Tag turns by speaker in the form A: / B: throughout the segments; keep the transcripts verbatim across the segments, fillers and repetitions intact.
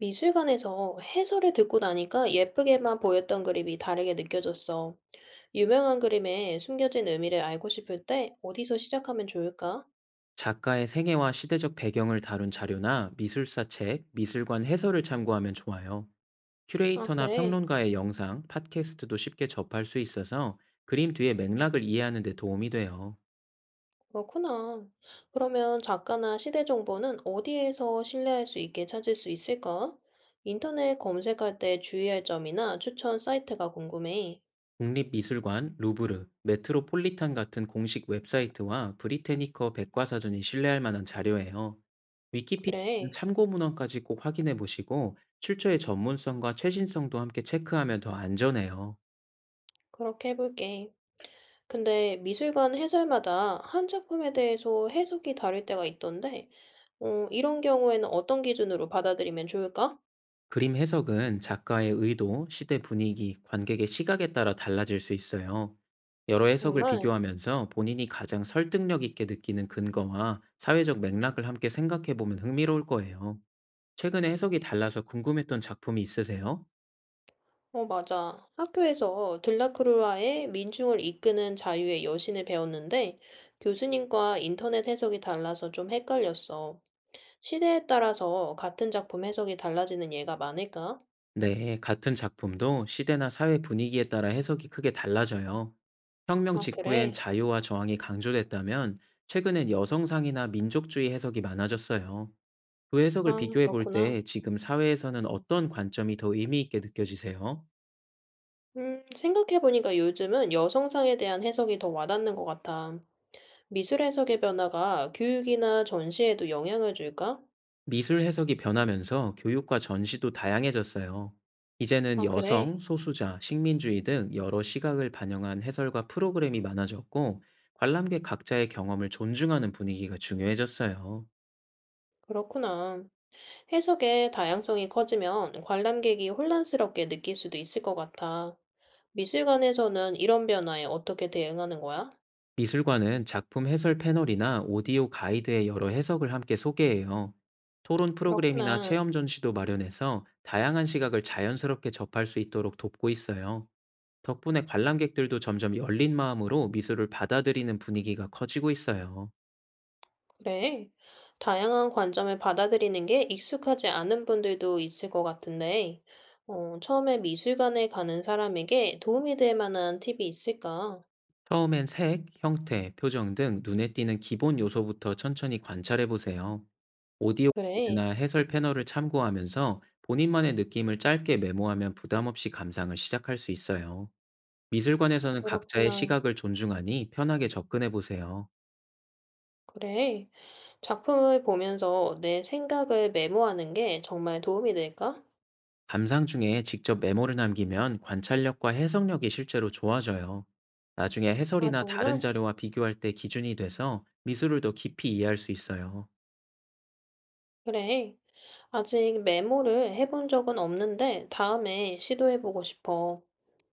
A: 미술관에서 해설을 듣고 나니까 예쁘게만 보였던 그림이 다르게 느껴졌어. 유명한 그림의 숨겨진 의미를 알고 싶을 때 어디서 시작하면 좋을까?
B: 작가의 생애와 시대적 배경을 다룬 자료나 미술사 책, 미술관 해설을 참고하면 좋아요.
A: 아,
B: 큐레이터나
A: 그래.
B: 평론가의 영상, 팟캐스트도 쉽게 접할 수 있어서 그림 뒤의 맥락을 이해하는 데 도움이 돼요.
A: 그렇구나. 그러면 작가나 시대 정보는 어디에서 신뢰할 수 있게 찾을 수 있을까? 인터넷 검색할 때 주의할 점이나 추천 사이트가 궁금해.
B: 국립미술관, 루브르, 메트로폴리탄 같은 공식 웹사이트와 브리테니커 백과사전이 신뢰할 만한 자료예요. 위키피디아는
A: 그래.
B: 참고 문헌까지 꼭 확인해 보시고 출처의 전문성과 최신성도 함께 체크하면 더 안전해요.
A: 그렇게 해볼게. 근데 미술관 해설마다 한 작품에 대해서 해석이 다를 때가 있던데, 어 이런 경우에는 어떤 기준으로 받아들이면 좋을까?
B: 그림 해석은 작가의 의도, 시대 분위기, 관객의 시각에 따라 달라질 수 있어요. 여러 해석을
A: 정말?
B: 비교하면서 본인이 가장 설득력 있게 느끼는 근거와 사회적 맥락을 함께 생각해 보면 흥미로울 거예요. 최근에 해석이 달라서 궁금했던 작품이 있으세요?
A: 어 맞아. 학교에서 들라크루아의 민중을 이끄는 자유의 여신을 배웠는데 교수님과 인터넷 해석이 달라서 좀 헷갈렸어. 시대에 따라서 같은 작품 해석이 달라지는 예가 많을까?
B: 네, 같은 작품도 시대나 사회 분위기에 따라 해석이 크게 달라져요. 혁명
A: 아
B: 직후엔
A: 그래?
B: 자유와 저항이 강조됐다면, 최근엔 여성상이나 민족주의 해석이 많아졌어요. 두 해석을
A: 아
B: 비교해 볼
A: 그렇구나.
B: 때 지금 사회에서는 어떤 관점이 더 의미 있게 느껴지세요?
A: 음 생각해 보니까 요즘은 여성상에 대한 해석이 더 와닿는 것 같아. 미술 해석의 변화가 교육이나 전시에도 영향을 줄까?
B: 미술 해석이 변하면서 교육과 전시도 다양해졌어요. 이제는
A: 아 그래?
B: 여성, 소수자, 식민주의 등 여러 시각을 반영한 해설과 프로그램이 많아졌고, 관람객 각자의 경험을 존중하는 분위기가 중요해졌어요.
A: 그렇구나. 해석의 다양성이 커지면 관람객이 혼란스럽게 느낄 수도 있을 것 같아. 미술관에서는 이런 변화에 어떻게 대응하는 거야?
B: 미술관은 작품 해설 패널이나 오디오 가이드의 여러 해석을 함께 소개해요. 토론 프로그램이나
A: 그렇구나.
B: 체험 전시도 마련해서 다양한 시각을 자연스럽게 접할 수 있도록 돕고 있어요. 덕분에 관람객들도 점점 열린 마음으로 미술을 받아들이는 분위기가 커지고 있어요.
A: 그래. 다양한 관점을 받아들이는 게 익숙하지 않은 분들도 있을 것 같은데, 어, 처음에 미술관에 가는 사람에게 도움이 될 만한 팁이 있을까?
B: 처음엔 색, 형태, 표정 등 눈에 띄는 기본 요소부터 천천히 관찰해 보세요. 오디오 가이드나
A: 그래.
B: 해설 패널을 참고하면서 본인만의 느낌을 짧게 메모하면 부담 없이 감상을 시작할 수 있어요. 미술관에서는 각자의
A: 그렇구나.
B: 시각을 존중하니 편하게 접근해 보세요.
A: 그래. 작품을 보면서 내 생각을 메모하는 게 정말 도움이 될까?
B: 감상 중에 직접 메모를 남기면 관찰력과 해석력이 실제로 좋아져요. 나중에
A: 아,
B: 해설이나 다른
A: 정말?
B: 자료와 비교할 때 기준이 돼서 미술을 더 깊이 이해할 수 있어요.
A: 그래. 아직 메모를 해본 적은 없는데 다음에 시도해보고 싶어.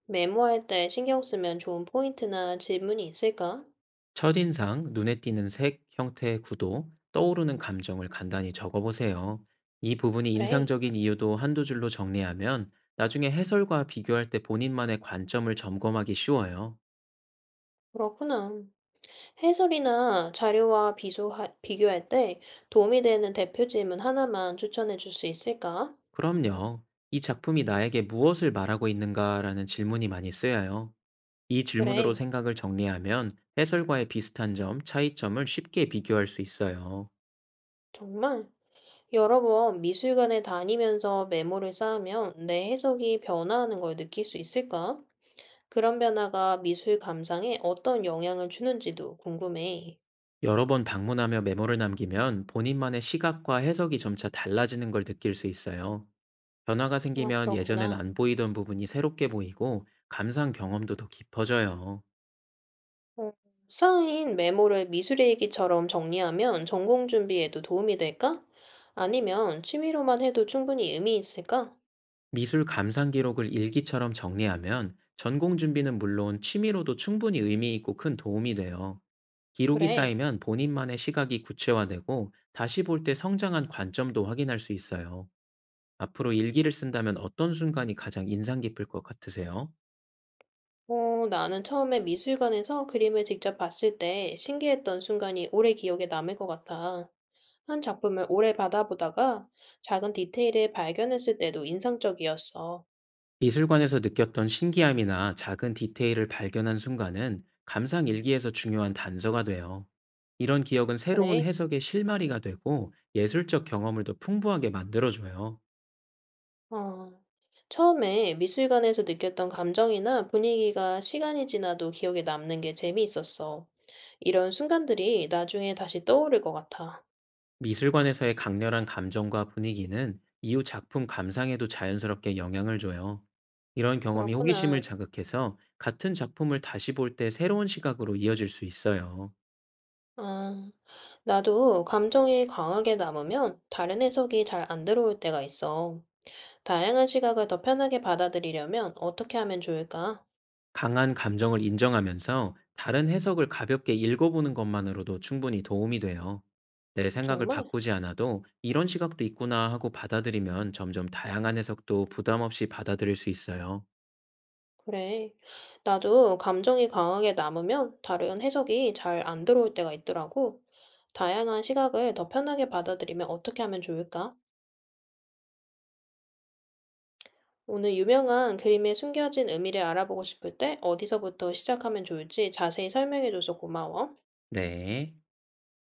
A: 메모할 때 신경 쓰면 좋은 포인트나 질문이 있을까?
B: 첫인상, 눈에 띄는 색, 형태, 구도, 떠오르는 감정을 간단히 적어보세요. 이 부분이
A: 그래,
B: 인상적인 이유도 한두 줄로 정리하면 나중에 해설과 비교할 때 본인만의 관점을 점검하기 쉬워요.
A: 그렇구나. 해설이나 자료와 비교하, 비교할 때 도움이 되는 대표 질문 하나만 추천해 줄 수 있을까?
B: 그럼요. 이 작품이 나에게 무엇을 말하고 있는가라는 질문이 많이 쓰여요. 이 질문으로
A: 그래,
B: 생각을 정리하면 해설과의 비슷한 점, 차이점을 쉽게 비교할 수 있어요.
A: 정말. 여러 번 미술관에 다니면서 메모를 쌓으면 내 해석이 변화하는 걸 느낄 수 있을까? 그런 변화가 미술 감상에 어떤 영향을 주는지도 궁금해.
B: 여러 번 방문하며 메모를 남기면 본인만의 시각과 해석이 점차 달라지는 걸 느낄 수 있어요. 변화가
A: 어
B: 생기면 예전엔
A: 그렇구나.
B: 안 보이던 부분이 새롭게 보이고 감상 경험도 더 깊어져요.
A: 어 쌓인 메모를 미술일기처럼 정리하면 전공 준비에도 도움이 될까? 아니면 취미로만 해도 충분히 의미 있을까?
B: 미술 감상 기록을 일기처럼 정리하면 전공 준비는 물론 취미로도 충분히 의미 있고 큰 도움이 돼요. 기록이
A: 그래.
B: 쌓이면 본인만의 시각이 구체화되고 다시 볼 때 성장한 관점도 확인할 수 있어요. 앞으로 일기를 쓴다면 어떤 순간이 가장 인상 깊을 것 같으세요?
A: 어, 나는 처음에 미술관에서 그림을 직접 봤을 때 신기했던 순간이 오래 기억에 남을 것 같아. 한 작품을 오래 받아보다가 작은 디테일을 발견했을 때도 인상적이었어.
B: 미술관에서 느꼈던 신기함이나 작은 디테일을 발견한 순간은 감상 일기에서 중요한 단서가 돼요. 이런 기억은 새로운
A: 그래.
B: 해석의 실마리가 되고 예술적 경험을 더 풍부하게 만들어줘요.
A: 아. 처음에 미술관에서 느꼈던 감정이나 분위기가 시간이 지나도 기억에 남는 게 재미있었어. 이런 순간들이 나중에 다시 떠오를 것 같아.
B: 미술관에서의 강렬한 감정과 분위기는 이후 작품 감상에도 자연스럽게 영향을 줘요. 이런 경험이
A: 그렇구나.
B: 호기심을 자극해서 같은 작품을 다시 볼 때 새로운 시각으로 이어질 수 있어요.
A: 아, 나도 감정이 강하게 남으면 다른 해석이 잘 안 들어올 때가 있어. 다양한 시각을 더 편하게 받아들이려면 어떻게 하면 좋을까?
B: 강한 감정을 인정하면서 다른 해석을 가볍게 읽어보는 것만으로도 충분히 도움이 돼요. 내 생각을
A: 정말
B: 바꾸지 않아도 이런 시각도 있구나 하고 받아들이면 점점 다양한 해석도 부담 없이 받아들일 수 있어요.
A: 그래. 나도 감정이 강하게 남으면 다른 해석이 잘 안 들어올 때가 있더라고. 다양한 시각을 더 편하게 받아들이면 어떻게 하면 좋을까? 오늘 유명한 그림의 숨겨진 의미를 알아보고 싶을 때 어디서부터 시작하면 좋을지 자세히 설명해줘서 고마워.
B: 네.